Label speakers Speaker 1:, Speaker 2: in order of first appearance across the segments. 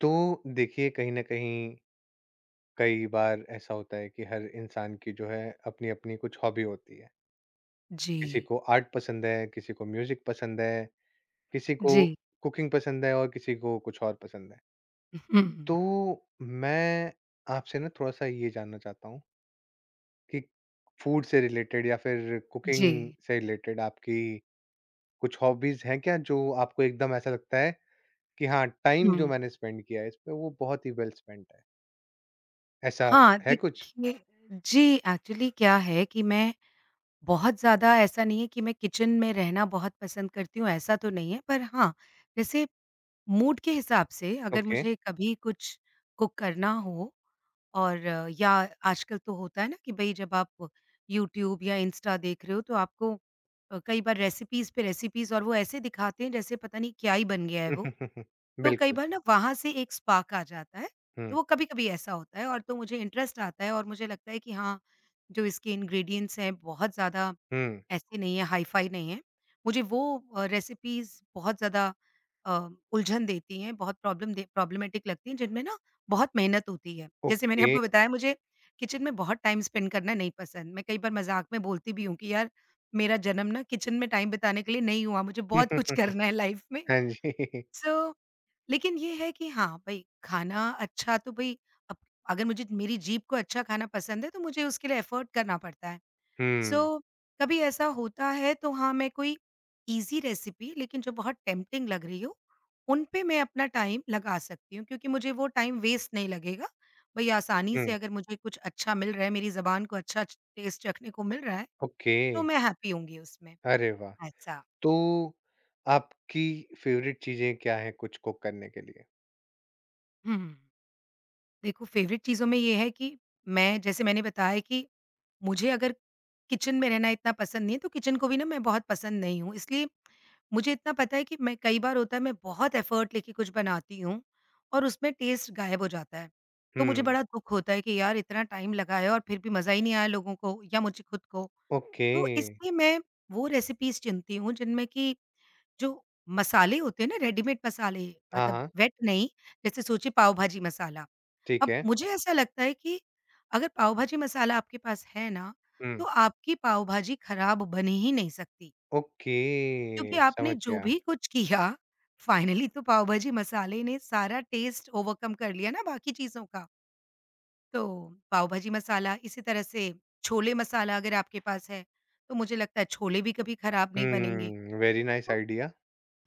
Speaker 1: तो देखिए कहीं न कहीं कई बार ऐसा होता है कि हर इंसान की जो है अपनी-अपनी कुछ हॉबी होती है। किसी
Speaker 2: जी।
Speaker 1: को आर्ट पसंद है, किसी को म्यूज़िक पसंद है, किसी को
Speaker 2: जी।
Speaker 1: कुकिंग पसंद है और किसी को कुछ और पसंद है। तो
Speaker 2: हम्म।
Speaker 1: मैं आपसे ना थोड़ा-सा ये जानना चाहता हूँ कि फूड से रिलेटेड या फिर
Speaker 2: जी।
Speaker 1: कुकिंग से रिलेटेड आपकी कुछ हॉबीज़ हैं क्या जो आपको एकदम ऐसा लगता है कि हाँ, टाइम जो
Speaker 2: हुँ।
Speaker 1: मैंने स्पेंड किया है इस पे वो बहुत ही वेल स्पेंट है? ऐसा
Speaker 2: हाँ,
Speaker 1: है कुछ?
Speaker 2: देखिए। जी, एक्चुअली क्या है कि मैं बहुत ज़्यादा ऐसा नहीं है कि मैं किचन में रहना बहुत पसंद करती हूँ, ऐसा तो नहीं है। पर हाँ, जैसे मूड के हिसाब से अगर
Speaker 1: ओके।
Speaker 2: मुझे कभी कुछ कुक करना हो या आजकल तो होता है ना कि भई जब आप यूट्यूब या इंस्टा देख रहे हो तो आपको कई बार रेसिपीज़ पे रेसिपीज़ और वो ऐसे दिखाते हैं जैसे पता नहीं क्या ही बन गया है वो। तो कई
Speaker 1: बिल्कुल।
Speaker 2: बार ना वहाँ से एक स्पार्क आ जाता है, तो
Speaker 1: हुँ,
Speaker 2: वो कभी-कभी ऐसा होता है और तो मुझे इंटरेस्ट आता है और मुझे लगता है कि हाँ, जो इसके इंग्रीडिएंट्स हैं बहुत ज़्यादा
Speaker 1: हुँ,
Speaker 2: ऐसे नहीं है, हाई-फाई नहीं है। मुझे वो रेसिपीज़ बहुत ज़्यादा उलझन देती हैं, बहुत प्रॉब्लमैटिक लगती हैं जिनमें ना बहुत मेहनत होती है। जैसे मैंने
Speaker 1: ओके।
Speaker 2: आपको बताया मुझे किचन में बहुत टाइम स्पेंड करना नहीं पसंद। मैं कई बार मज़ाक में बोलती भी हूँ कि यार मेरा जन्म ना किचन में टाइम बिताने के लिए नहीं हुआ, मुझे बहुत कुछ करना है लाइफ़ में।
Speaker 1: हाँ जी।
Speaker 2: सो लेकिन ये है कि हाँ, भई खाना अच्छा तो भई अब अगर मुझे मेरी जीभ को अच्छा खाना पसंद है तो मुझे उसके लिए एफ़र्ट करना पड़ता है।
Speaker 1: हुँ,
Speaker 2: सो कभी ऐसा होता है तो हाँ, मैं कोई ईज़ी रेसिपी लेकिन जो बहुत टेम्प्टिंग लग रही हो, उन पे मैं अपना टाइम लगा सकती हूँ क्योंकि मुझे वो टाइम वेस्ट नहीं लगेगा। भई आसानी से
Speaker 1: हुँ,
Speaker 2: अगर मुझे कुछ अच्छा मिल रहा है, मेरी ज़ुबान को अच्छा च टेस्ट चखने को मिल रहा है,
Speaker 1: ओके।
Speaker 2: तो मैं हैप्पी होंगी उसमें।
Speaker 1: अरे वाह!
Speaker 2: ऐसा।
Speaker 1: तो आपकी फ़ेवरेट चीज़ें क्या हैं कुछ कुक करने के लिए?
Speaker 2: हुँ। देखो फ़ेवरेट चीज़ों में ये है कि मैं जैसे मैंने बताया कि मुझे अगर किचन में रहना इतना पसंद नहीं है, तो किचन को भी ना मैं बहुत पसंद नहीं हूँ। इसलिए मुझे इतना पता है कि मैं कई बार होता है मैं बहुत एफ़र्ट लेके कुछ बनाती हूँ और उसमें टेस्ट गायब हो जाता है। तो मुझे
Speaker 1: हुँ,
Speaker 2: बड़ा दुःख होता है कि यार इतना टाइम लगा है और फिर भी मज़ा ही नहीं आया लोगों को या मुझे खुद को।
Speaker 1: ओके।
Speaker 2: तो इसलिए मैं वो रेसिपीज़ चुनती हूँ जिनमें कि जो मसाले होते हैं ना रेडीमेड मसाले
Speaker 1: हाँ,
Speaker 2: मतलब
Speaker 1: हाँ,
Speaker 2: वेट नहीं, जैसे सोचिए पाव भाजी मसाला।
Speaker 1: ठीक
Speaker 2: अब
Speaker 1: है।
Speaker 2: मुझे ऐसा लगता है कि अगर पाव भाजी मसाला आपके पास है ना, तो
Speaker 1: हुँ,
Speaker 2: आपकी पाव भाजी खराब बन ही नहीं सकती। क्योंकि
Speaker 1: ओके,
Speaker 2: आपने
Speaker 1: समझ
Speaker 2: जो
Speaker 1: गया।
Speaker 2: भी कुछ किया, फाइनली तो पाव भाजी मसाले ने सारा टेस्ट ओवरकम कर लिया ना बाकी चीज़ों का। तो पाव भाजी मसाला, इसी तरह से छोले मसाला अगर आपके पास है, तो मुझे लगता है छोले भी कभी खराब नहीं बनेंगे।
Speaker 1: Hmm, very nice idea.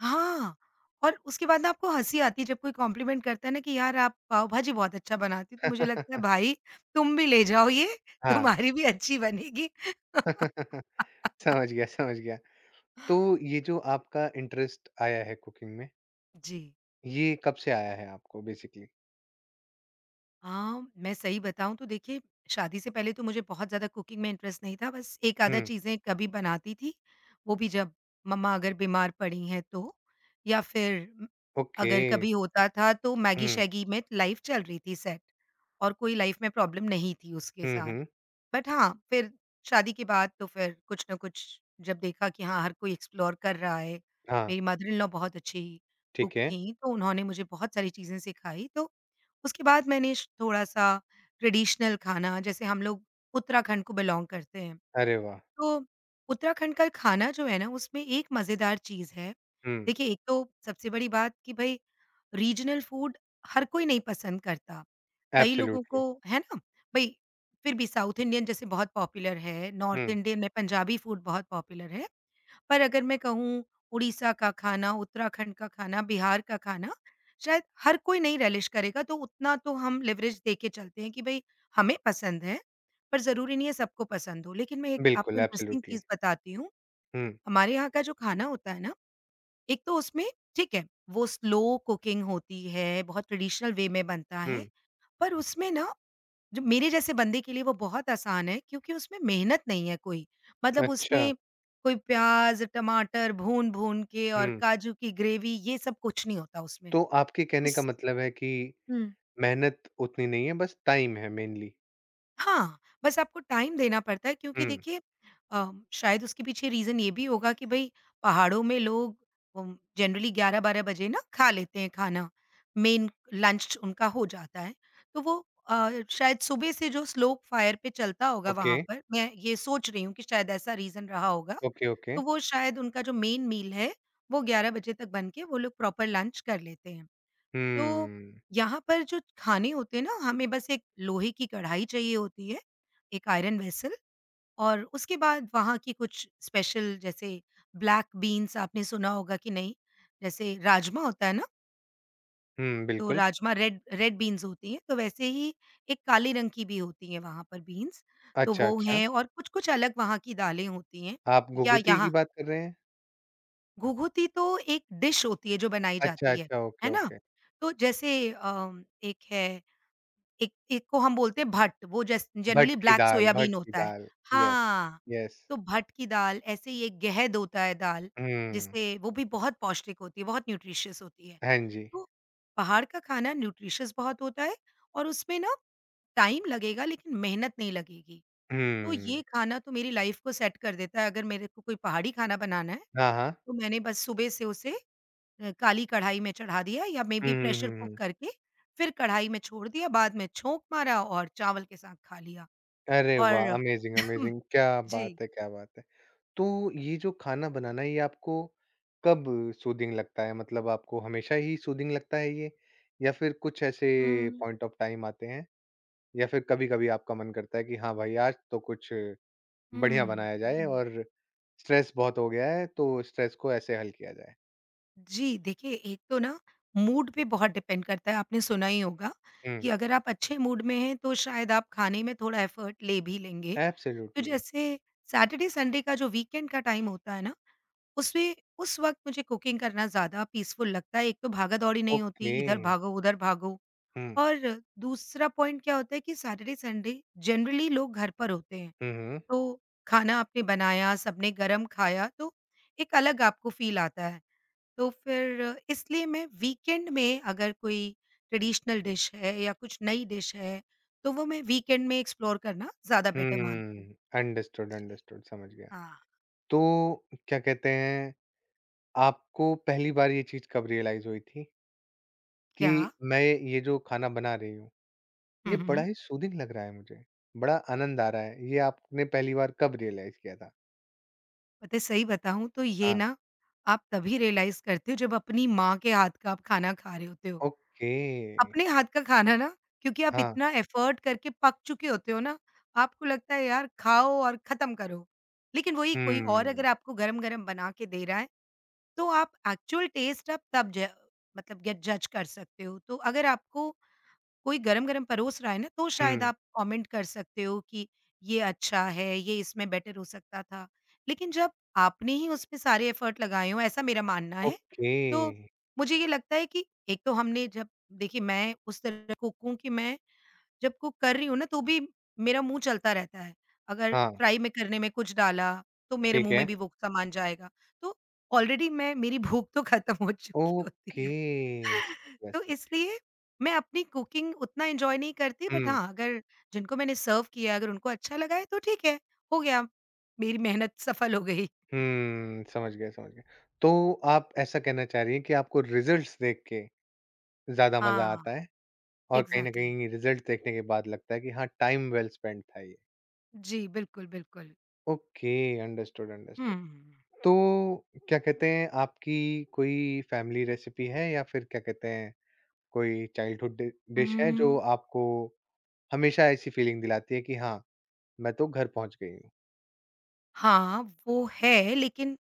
Speaker 2: हाँ, और उसके बाद ना आपको हँसी आती है जब कोई कॉम्प्लीमेंट करता है ना कि यार आप पाव भाजी बहुत अच्छा बनाती हो, तो मुझे लगता है भाई तुम भी ले जाओ ये,
Speaker 1: हाँ,
Speaker 2: तुम्हारी भी अच्छी बनेगी।
Speaker 1: समझ गया, समझ गया। तो ये जो आपका इंटरेस्ट आया है कुकिंग में,
Speaker 2: जी।
Speaker 1: ये कब से आया है आपको बेसिकली?
Speaker 2: हाँ, मैं सही बताऊँ तो देखिए शादी से पहले तो मुझे बहुत ज़्यादा कुकिंग में इंटरेस्ट नहीं था, बस एक आधा
Speaker 1: हुँ,
Speaker 2: चीज़ें कभी बनाती थी, वो भी जब मम्मा अगर बीमार पड़ी हैं तो, या फिर म-
Speaker 1: ओके।
Speaker 2: अगर कभी होता था तो
Speaker 1: हुँ,
Speaker 2: मैगी-शैगी में लाइफ़ चल रही थी सेट और कोई लाइफ़ में प्रॉब्लम नहीं थी उसके
Speaker 1: हुँ,
Speaker 2: साथ।
Speaker 1: हुँ।
Speaker 2: बट हाँ, फिर शादी के बाद तो फिर कुछ न कुछ जब देखा कि हाँ, हर कोई एक्सप्लोर कर रहा है,
Speaker 1: हाँ,
Speaker 2: मेरी मदर इन लॉ बहुत अच्छी कुक
Speaker 1: ठीक है।
Speaker 2: थीं, तो उन्होंने मुझे बहुत सारी चीज़ें सिखाई। तो उसके बाद मैंने श थोड़ा-सा ट्रेडिशनल खाना जैसे हम लोग उत्तराखंड को बिलॉन्ग करते हैं,
Speaker 1: अरे वाह!
Speaker 2: तो उत्तराखंड का खाना जो है ना, उसमें एक मज़ेदार चीज़ है।
Speaker 1: हुँ,
Speaker 2: देखिए, एक तो सबसे बड़ी बात कि भई रीजनल फूड हर कोई नहीं पसंद करता। कई लोगों
Speaker 1: एब्सोल्युटली।
Speaker 2: को है ना? भई फिर भी साउथ इंडियन जैसे बहुत पॉपुलर है, नॉर्थ
Speaker 1: हुँ,
Speaker 2: इंडियन में पंजाबी फूड बहुत पॉपुलर है, पर अगर मैं कहूँ उड़ीसा का खाना, उत्तराखंड का खाना, बिहार का खाना, शायद हर कोई नहीं रेलिश करेगा, तो उतना तो हम लिवरेज दे के चलते हैं कि भई हमें पसंद है, पर ज़रूरी नहीं है सबको पसंद हो। लेकिन मैं एक
Speaker 1: बिल्कुल
Speaker 2: आपको इंटरेस्टिंग
Speaker 1: एब्सोल्युटली।
Speaker 2: चीज़ बताती हूँ,
Speaker 1: हुँ,
Speaker 2: हमारे यहाँ का जो खाना होता है ना, एक तो उसमें ठीक है, वो स्लो कुकिंग होती है, बहुत ट्रेडिशनल वे में बनता
Speaker 1: हुँ,
Speaker 2: है, पर उसमें ना जो मेरे जैसे बंदे के लिए वो बहुत आसान है क्योंकि उसमें मेहनत नहीं है कोई। मतलब
Speaker 1: अच्छा।
Speaker 2: उसमें कोई प्याज़, टमाटर भून-भून के और
Speaker 1: हुँ,
Speaker 2: काजू की ग्रेवी ये सब कुछ नहीं होता उसमें।
Speaker 1: तो आपके कहने का
Speaker 2: उस
Speaker 1: मतलब है कि
Speaker 2: हुँ।
Speaker 1: मेहनत उतनी नहीं है, बस टाइम है मेनली।
Speaker 2: हाँ, बस आपको टाइम देना पड़ता है क्योंकि
Speaker 1: हुँ,
Speaker 2: देखिए शायद उसके पीछे रीज़न ये भी होगा कि भई पहाड़ों में लोग जनरली 11-12 बजे ना खा लेते हैं खाना, मेन लंच उनका हो जाता है। तो वो शायद सुबह से जो स्लो फायर पे चलता होगा
Speaker 1: ओके,
Speaker 2: वहाँ पर, मैं ये सोच रही हूँ कि शायद ऐसा रीज़न रहा होगा।
Speaker 1: Okay, okay.
Speaker 2: तो वो शायद उनका जो मेन मील है, वो 11 बजे तक बन के वो लोग प्रॉपर लंच कर लेते हैं। तो
Speaker 1: हुँ,
Speaker 2: यहाँ पर जो खाने होते हैं ना, हमें बस एक लोहे की कढ़ाई चाहिए होती है, एक आयरन वेसल और उसके बाद वहाँ की कुछ स्पेशल जैसे ब्लैक बीन्स आपने सुना होगा कि नहीं? जैसे राजमा होता है ना,
Speaker 1: हुँ,
Speaker 2: तो
Speaker 1: बिल्कुल।
Speaker 2: राजमा रेड रेड बीन्स होती हैं, तो वैसे ही एक काले रंग की भी होती हैं वहाँ पर बीन्स, तो
Speaker 1: अच्छा,
Speaker 2: वो
Speaker 1: अच्छा।
Speaker 2: हैं और कुछ-कुछ अलग वहाँ की दालें होती हैं।
Speaker 1: आप
Speaker 2: या
Speaker 1: घुघुती की
Speaker 2: यहाँ
Speaker 1: बात कर रहे हैं?
Speaker 2: घुघुती तो एक डिश होती है जो बनाई
Speaker 1: अच्छा,
Speaker 2: जाती
Speaker 1: अच्छा, ओके,
Speaker 2: है ना?
Speaker 1: ओके।
Speaker 2: तो जैसे एक है एक एक को हम बोलते हैं भट्ट, वो जस
Speaker 1: भट
Speaker 2: जनरली
Speaker 1: की
Speaker 2: ब्लैक
Speaker 1: दाल भट
Speaker 2: सोयाबीन
Speaker 1: की
Speaker 2: होता है।
Speaker 1: दाल। यस,
Speaker 2: हाँ,
Speaker 1: यस।
Speaker 2: तो भट्ट की दाल, ऐसे ही एक गहद होता है दाल,
Speaker 1: हुँ,
Speaker 2: जिससे वो भी बहुत पौष्टिक होती है, बहुत न्यूट्रिशियस होती है।
Speaker 1: हाँ जी।
Speaker 2: तो बाहर का खाना न्यूट्रिशियस बहुत होता है और उसमें ना टाइम लगेगा लेकिन मेहनत नहीं लगेगी। तो ये
Speaker 1: हुँ,
Speaker 2: खाना तो मेरी लाइफ़ को सेट कर देता है, अगर मेरे को कोई पहाड़ी खाना बनाना है,
Speaker 1: हाँ, हाँ।
Speaker 2: तो मैंने बस सुबह से उसे काली कढ़ाई में चढ़ा दिया या मे
Speaker 1: हुँ,
Speaker 2: बी
Speaker 1: हुँ,
Speaker 2: प्रेशर
Speaker 1: हुँ,
Speaker 2: कुक
Speaker 1: हुँ।
Speaker 2: करके फिर कढ़ाई में छोड़ दिया, बाद में छोंक मारा और चावल के साथ खा लिया
Speaker 1: अरे वाह!
Speaker 2: और
Speaker 1: अमेज़िंग, अमेज़िंग! क्या
Speaker 2: जी।
Speaker 1: बात है, क्या बात है। तो ये जो खाना बनाना है, ये आपको कब सूदिंग लगता है? मतलब आपको हमेशा ही सूदिंग लगता है ये या फिर कुछ ऐसे
Speaker 2: हुँ,
Speaker 1: पॉइंट ऑफ टाइम आते हैं या फिर कभी-कभी आपका मन करता है कि हाँ भाई, आज तो कुछ बढ़िया
Speaker 2: हुँ,
Speaker 1: बनाया जाए
Speaker 2: हुँ।
Speaker 1: और स्ट्रेस बहुत हो गया है, तो स्ट्रेस को ऐसे हल किया जाए?
Speaker 2: जी, देखिए एक तो ना मूड पे बहुत डिपेंड करता है, आपने सुना ही होगा कि
Speaker 1: हुँ,
Speaker 2: अगर आप अच्छे मूड में हैं तो शायद आप खाने में थोड़ा एफर्ट ले भी लेंगे। तो
Speaker 1: एब्सोल्युटली।
Speaker 2: जैसे सैटरडे संडे का जो वीकेंड का टाइम होता है ना, उसमें उस वक़्त मुझे कुकिंग करना ज़्यादा पीसफुल लगता है। एक तो भागा-दौड़ी नहीं
Speaker 1: ओके।
Speaker 2: होती, इधर भागो, उधर भागो
Speaker 1: हुँ,
Speaker 2: और दूसरा पॉइंट क्या होता है कि सैटरडे संडे जनरली लोग घर पर होते हैं,
Speaker 1: हुँ, हुँ।
Speaker 2: तो खाना आपने बनाया, सबने गरम खाया, तो एक अलग आपको फ़ील आता है। तो फिर इसलिए मैं वीकेंड में अगर कोई ट्रेडिशनल डिश है या कुछ नई डिश है, तो वो मैं वीकेंड में एक्सप्लोर करना ज़्यादा बेटर मानती हूँ।
Speaker 1: हुँ, अंडरस्टूड,
Speaker 2: जी।
Speaker 1: अंडरस्टूड समझ गया।
Speaker 2: हाँ।
Speaker 1: तो क्या कहते हैं आपको पहली बार ये चीज़ कब रियलाइज़ हुई थी कि
Speaker 2: क्या
Speaker 1: मैं ये जो खाना बना रही हूँ,
Speaker 2: हुँ,
Speaker 1: ये बड़ा
Speaker 2: हुँ।
Speaker 1: ही सूदिंग लग रहा है मुझे, बड़ा आनंद आ रहा है, ये आपने पहली बार कब रियलाइज़ किया था?
Speaker 2: पता है सही बताऊँ तो ये
Speaker 1: हाँ,
Speaker 2: ना, आप तभी रियलाइज़ करते हो जब अपनी माँ के हाथ का आप खाना खा रहे होते हो।
Speaker 1: ओके।
Speaker 2: अपने हाथ का खाना ना क्योंकि आप
Speaker 1: हाँ,
Speaker 2: इतना एफर्ट करके पक चुके होते हो ना, आपको लगता है यार खाओ और ख़त्म करो। लेकिन वही कोई और
Speaker 1: हुँ,
Speaker 2: अगर आपको गरम-गरम बना के दे रहा है, तो आप एक्चुअल टेस्ट आप तब ज मतलब गेट जज कर सकते हो। तो अगर आपको कोई गरम-गरम परोस रहा है ना, तो शायद
Speaker 1: हुँ,
Speaker 2: आप कमेंट कर सकते हो कि ये अच्छा है, ये इसमें बेटर हो सकता था। लेकिन जब आपने ही उसमें सारे एफर्ट लगाए हों, ऐसा मेरा मानना है,
Speaker 1: ओके।
Speaker 2: तो मुझे ये लगता है कि एक तो हमने जब देखिए मैं उस तरह कुक हूँ कि मैं जब कुक कर रही हूँ ना, तो भी मेरा मुँह चलता रहता है। अगर
Speaker 1: हाँ,
Speaker 2: फ्राई में करने में कुछ डाला, तो मेरे
Speaker 1: ठीक
Speaker 2: मुँह में
Speaker 1: है।
Speaker 2: भी वो सामान जाएगा। तो ऑलरेडी मैं मेरी भूख तो खत्म हो चुकी होती
Speaker 1: ओके,
Speaker 2: है।
Speaker 1: समझ गया,
Speaker 2: तो
Speaker 1: समझ गया।
Speaker 2: इसलिए मैं अपनी कुकिंग उतना एन्जॉय नहीं करती बट
Speaker 1: हुँ,
Speaker 2: हाँ, अगर जिनको मैंने सर्व किया अगर उनको अच्छा लगा है तो ठीक है, हो गया, मेरी मेहनत सफल हो गई।
Speaker 1: हुँ, समझ गया, समझ गया। तो आप ऐसा कहना चाह रही हैं कि आपको रिज़ल्ट्स देख के ज़्यादा मज़ा
Speaker 2: हाँ,
Speaker 1: आता है? और कहीं न
Speaker 2: एग्ज़ैक्टली।
Speaker 1: कहीं रिज़ल्ट्स देखने के बाद लगता है कि हाँ, टाइम वेल स्पेंट था ये।
Speaker 2: जी, बिल्कुल, बिल्कुल।
Speaker 1: Okay, understood, understood.
Speaker 2: हुँ।
Speaker 1: तो क्या कहते हैं आपकी कोई फैमिली रेसिपी है या फिर क्या कहते हैं कोई चाइल्डहुड डि डिश है जो
Speaker 2: उम,
Speaker 1: आपको हमेशा ऐसी फीलिंग दिलाती है कि हाँ, मैं तो घर पहुँच गई हूँ?
Speaker 2: हाँ, वो है लेकिन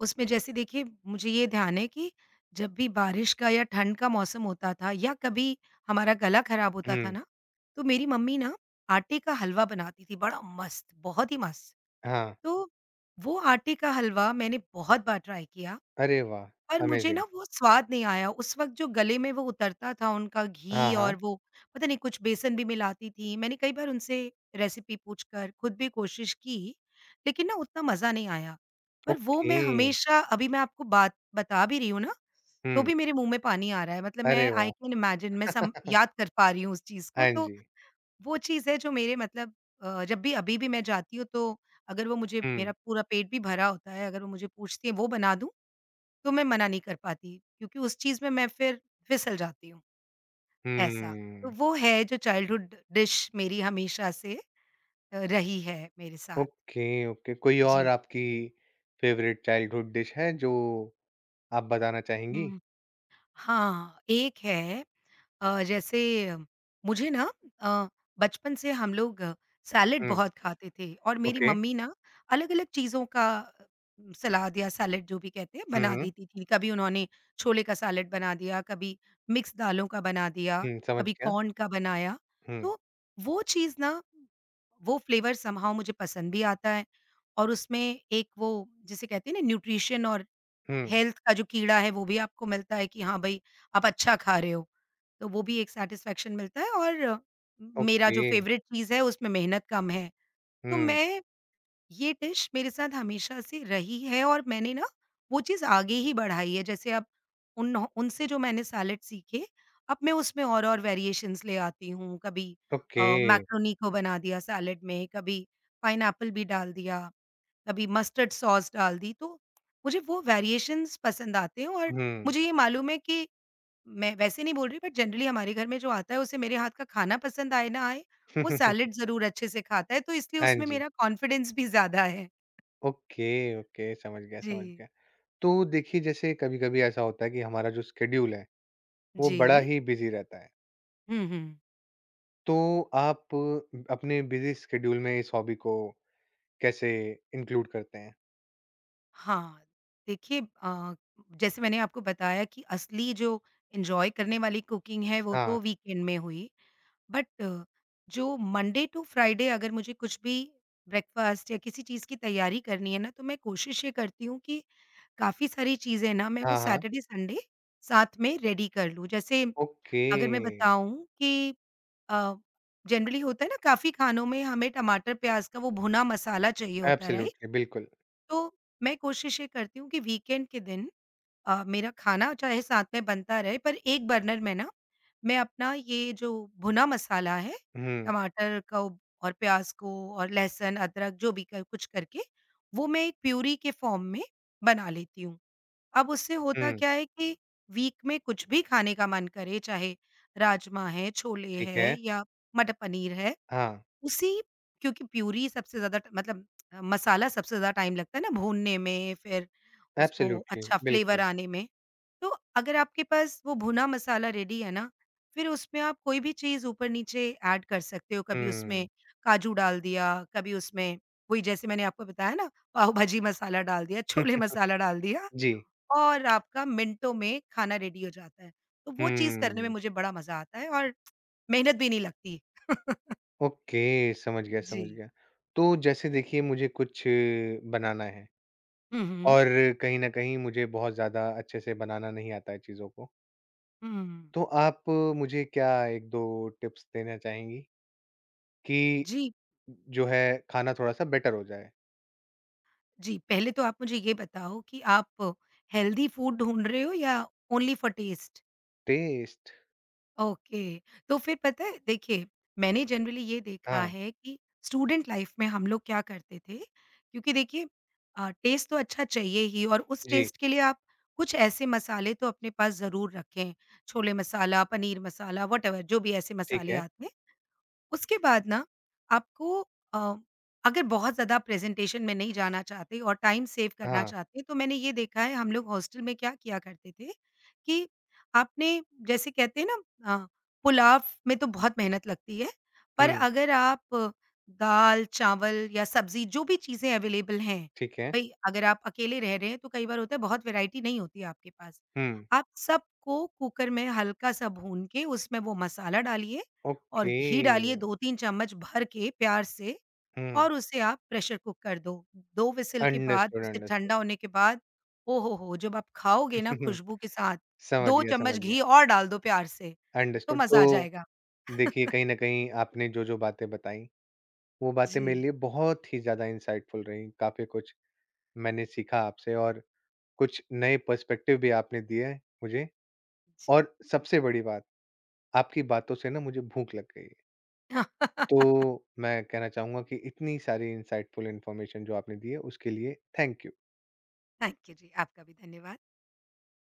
Speaker 2: उसमें जैसे देखिए मुझे ये ध्यान है कि जब भी बारिश का या ठंड का मौसम होता था या कभी हमारा गला ख़राब होता था
Speaker 1: हुँ,
Speaker 2: ना, तो मेरी मम्मी ना आटे का हलवा बनाती थी बड़ा मस्त, बहुत ही मस्त।
Speaker 1: हाँ।
Speaker 2: तो वो आटे का हलवा मैंने बहुत बार ट्राई किया,
Speaker 1: अरे वाह!
Speaker 2: पर मुझे ना
Speaker 1: अमेज़िंग।
Speaker 2: वो स्वाद नहीं आया। उस वक़्त जो गले में वो उतरता था उनका
Speaker 1: हाँ,
Speaker 2: घी
Speaker 1: हाँ।
Speaker 2: और वो पता नहीं कुछ बेसन भी मिलाती थी। मैंने कई बार उनसे रेसिपी पूछकर खुद भी कोशिश की, लेकिन ना उतना मज़ा नहीं आया। पर वो
Speaker 1: ओके।
Speaker 2: मैं हमेशा अभी मैं आपको बात बता भी रही हूँ ना, तो
Speaker 1: हुँ,
Speaker 2: भी मेरे मुँह में पानी आ रहा है। मतलब मैं
Speaker 1: अरे
Speaker 2: आई
Speaker 1: वाह!
Speaker 2: कैन इमेजिन मैं सम याद कर पा रही हूँ उस चीज़ को,
Speaker 1: हाँ
Speaker 2: तो
Speaker 1: जी।
Speaker 2: वो चीज़ है जो मेरे जब भी अभी भी मैं जाती हूँ तो अगर वो मुझे
Speaker 1: हुँ,
Speaker 2: मेरा पूरा पेट भी भरा होता है, अगर वो मुझे पूछती है वो बना दूँ, तो मैं मना नहीं कर पाती क्योंकि उस चीज़ में मैं फिर फिसल जाती हूँ, ऐसा। तो
Speaker 1: हुँ।
Speaker 2: वो है जो चाइल्डहुड डिश मेरी हमेशा से रही है मेरे साथ।
Speaker 1: Okay, okay. कोई और
Speaker 2: जी।
Speaker 1: आपकी फ़ेवरेट चाइल्डहुड डिश है जो आप बताना चाहेंगी?
Speaker 2: हुँ। हाँ, एक है जैसे मुझे अ, बचपन से हम लोग सैलेड
Speaker 1: हुँ,
Speaker 2: बहुत खाते थे और मेरी
Speaker 1: ओके।
Speaker 2: मम्मी ना अलग-अलग चीज़ों का सलाद या सैलेड जो भी कहते हैं
Speaker 1: हुँ,
Speaker 2: बना
Speaker 1: हुँ।
Speaker 2: देती थी। कभी उन्होंने छोले का सैलेड बना दिया, कभी मिक्स दालों का बना दिया,
Speaker 1: हुँ, समझ
Speaker 2: कभी
Speaker 1: गया।
Speaker 2: कॉर्न का बनाया।
Speaker 1: हुँ,
Speaker 2: तो वो चीज़ ना वो फ्लेवर समहाउ मुझे पसंद भी आता है और उसमें एक वो जिसे कहते हैं ना न्यूट्रिशन और
Speaker 1: हुँ,
Speaker 2: हेल्थ का जो कीड़ा है वो भी आपको मिलता है कि हाँ भाई आप अच्छा खा रहे हो, तो वो भी एक सैटिस्फैक्शन मिलता है और मेरा
Speaker 1: ओके।
Speaker 2: जो फेवरेट चीज़ है उसमें मेहनत कम है। तो
Speaker 1: हुँ,
Speaker 2: मैं ये डिश मेरे साथ हमेशा से रही है और मैंने ना वो चीज़ आगे ही बढ़ाई है जैसे अब उन उनसे जो मैंने सैलेड सीखे, अब मैं उसमें और-और वेरिएशंस ले आती हूँ। कभी
Speaker 1: ओके।
Speaker 2: मैक्रोनी को बना दिया सैलेड में, कभी पाइनएप्पल भी डाल दिया। कभी मस्टर्ड सॉस डाल दी, तो मुझे वो वेरिएशंस पसंद आते हैं और
Speaker 1: हुँ।
Speaker 2: मुझे ये मालूम है कि मैं वैसे नहीं बोल रही बट जनरली हमारे घर में जो आता है उसे मेरे हाथ का खाना पसंद आए ना आए, वो सैलेड ज़रूर अच्छे से खाता है, तो इसलिए
Speaker 1: हाँ
Speaker 2: उसमें
Speaker 1: जी।
Speaker 2: मेरा कॉन्फिडेंस भी ज़्यादा है।
Speaker 1: ओके, ओके, समझ गया,
Speaker 2: जी।
Speaker 1: समझ गया। तो देखिए, जैसे कभी-कभी ऐसा होता है कि हमारा जो शेड्यूल है, वो
Speaker 2: जी।
Speaker 1: बड़ा ही बिज़ी रहता है।
Speaker 2: हुँ, हुँ।
Speaker 1: तो आप अपने बिज़ी शेड्यूल में इस हॉबी को कैसे इंक्लूड करते हैं?
Speaker 2: हाँ, देखिए जैसे मैंने आपको बताया कि असली जो एन्जॉय करने वाली कुकिंग है वो
Speaker 1: हाँ।
Speaker 2: तो वीकेंड में हुई। बट जो मंडे टू फ्राइडे अगर मुझे कुछ भी ब्रेकफास्ट या किसी चीज़ की तैयारी करनी है ना, तो मैं कोशिश ये करती हूँ कि काफ़ी सारी चीज़ें ना मैं वो
Speaker 1: हाँ, हाँ।
Speaker 2: सैटरडे संडे साथ में रेडी कर लूँ। जैसे
Speaker 1: ओके।
Speaker 2: अगर मैं बताऊँ कि अ, जनरली होता है ना काफ़ी खानों में हमें टमाटर प्याज़ का वो भुना मसाला चाहिए होता है, राइट?
Speaker 1: एब्सोल्युटली, बिल्कुल।
Speaker 2: तो मैं कोशिश ये करती हूँ कि वीकेंड के दिन मेरा खाना चाहे साथ में बनता रहे पर एक बर्नर में ना मैं अपना ये जो भुना मसाला है
Speaker 1: हुँ,
Speaker 2: टमाटर का और प्याज को और लहसुन अदरक जो भी कर, कुछ करके वो मैं एक प्यूरी के फॉर्म में बना लेती हूँ। अब उससे होता
Speaker 1: हुँ,
Speaker 2: क्या है कि वीक में कुछ भी खाने का मन करे चाहे राजमा है, छोले
Speaker 1: ठीक
Speaker 2: है
Speaker 1: है।
Speaker 2: या मटर पनीर है
Speaker 1: हाँ,
Speaker 2: उसी क्योंकि प्यूरी सबसे ज़्यादा मसाला सबसे ज़्यादा टाइम लगता है ना भूनने में, फिर उसको
Speaker 1: एब्सोल्युटली,
Speaker 2: अच्छा फ्लेवर
Speaker 1: बिल्कुल।
Speaker 2: आने में। तो अगर आपके पास वो भुना मसाला रेडी है ना, फिर उसमें आप कोई भी चीज़ ऊपर-नीचे ऐड कर सकते हो। कभी
Speaker 1: हुँ।
Speaker 2: उसमें काजू डाल दिया, कभी उसमें वही जैसे मैंने आपको बताया ना पाव भाजी मसाला डाल दिया, छोले मसाला डाल दिया
Speaker 1: जी।
Speaker 2: और आपका मिनटों में खाना रेडी हो जाता है। तो वो चीज़ करने में
Speaker 1: हुँ,
Speaker 2: मुझे बड़ा मज़ा आता है और मेहनत भी नहीं लगती।
Speaker 1: ओके, समझ गया,
Speaker 2: जी।
Speaker 1: समझ गया। तो जैसे देखिए मुझे कुछ बनाना है
Speaker 2: हुँ, हुँ।
Speaker 1: और कहीं न कहीं मुझे बहुत ज़्यादा अच्छे से बनाना नहीं आता है चीज़ों को।
Speaker 2: हुँ।
Speaker 1: तो आप मुझे क्या 1-2 टिप्स देना चाहेंगी कि
Speaker 2: जी,
Speaker 1: जो है खाना थोड़ा-सा बेटर हो जाए?
Speaker 2: जी। पहले तो आप मुझे ये बताओ कि आप हेल्दी फूड ढूँढ रहे हो या only for test?
Speaker 1: Test
Speaker 2: okay. तो फिर पता है देखिए, मैंने जनरली ये देखा
Speaker 1: हाँ,
Speaker 2: है कि स्टूडेंट लाइफ़ में हम लोग क्या करते थे क्योंकि देखिए टेस्ट तो अच्छा चाहिए ही और उस
Speaker 1: जी,
Speaker 2: टेस्ट के लिए आप कुछ ऐसे मसाले तो अपने पास ज़रूर रखें। छोले मसाला, पनीर मसाला, वॉटेवर जो भी ऐसे
Speaker 1: ठीक
Speaker 2: मसाले
Speaker 1: है।
Speaker 2: आते हैं। उसके बाद ना आपको अ, अगर बहुत ज़्यादा प्रेज़ेंटेशन में नहीं जाना चाहते और टाइम सेव करना
Speaker 1: हाँ,
Speaker 2: चाहते हैं, तो मैंने ये देखा है हम लोग हॉस्टल में क्या किया करते थे कि आपने जैसे कहते हैं ना पुलाव में तो बहुत मेहनत लगती है, पर
Speaker 1: हुँ,
Speaker 2: अगर आप दाल, चावल या सब्ज़ी जो भी चीज़ें अवेलेबल हैं,
Speaker 1: ठीक है।
Speaker 2: भई अगर आप अकेले रह रहे हैं तो कई बार होता है बहुत वैराइटी नहीं होती है आपके पास।
Speaker 1: हुँ।
Speaker 2: आप सबको कुकर में हल्का-सा भून के उसमें वो मसाला डालिए और
Speaker 1: ओके।
Speaker 2: घी डालिए 2-3 चम्मच भर के प्यार से
Speaker 1: हुँ।
Speaker 2: और उसे आप प्रेशर कुक कर दो। 2 व्हिसल के बाद
Speaker 1: अंडरस्टूड,
Speaker 2: उसे
Speaker 1: अंडरस्टूड।
Speaker 2: ठंडा होने के बाद, ओ हो हो! जब आप खाओगे ना खुशबू
Speaker 1: समझ
Speaker 2: के साथ, 2
Speaker 1: गया,
Speaker 2: चम्मच
Speaker 1: समझ गया।
Speaker 2: घी और डाल दो प्यार से, तो
Speaker 1: अंडरस्टूड।
Speaker 2: मज़ा आ
Speaker 1: तो
Speaker 2: जाएगा।
Speaker 1: देखिए, कहीं न कहीं आपने जो-जो बातें बताई, वो बातें मेरे
Speaker 2: जी,
Speaker 1: लिए बहुत ही ज़्यादा इंसाइटफुल रहीं। काफ़ी कुछ मैंने सीखा आपसे और कुछ नए पर्सपेक्टिव भी आपने दिए हैं मुझे।
Speaker 2: जी।
Speaker 1: और सबसे बड़ी बात, आपकी बातों से ना मुझे भूख लग गई है। तो मैं कहना चाहूँगा कि इतनी सारी इंसाइटफुल इन्फॉर्मेशन जो आपने दी है, उसके लिए थैंक यू।
Speaker 2: थैंक यू जी, आपका भी धन्यवाद।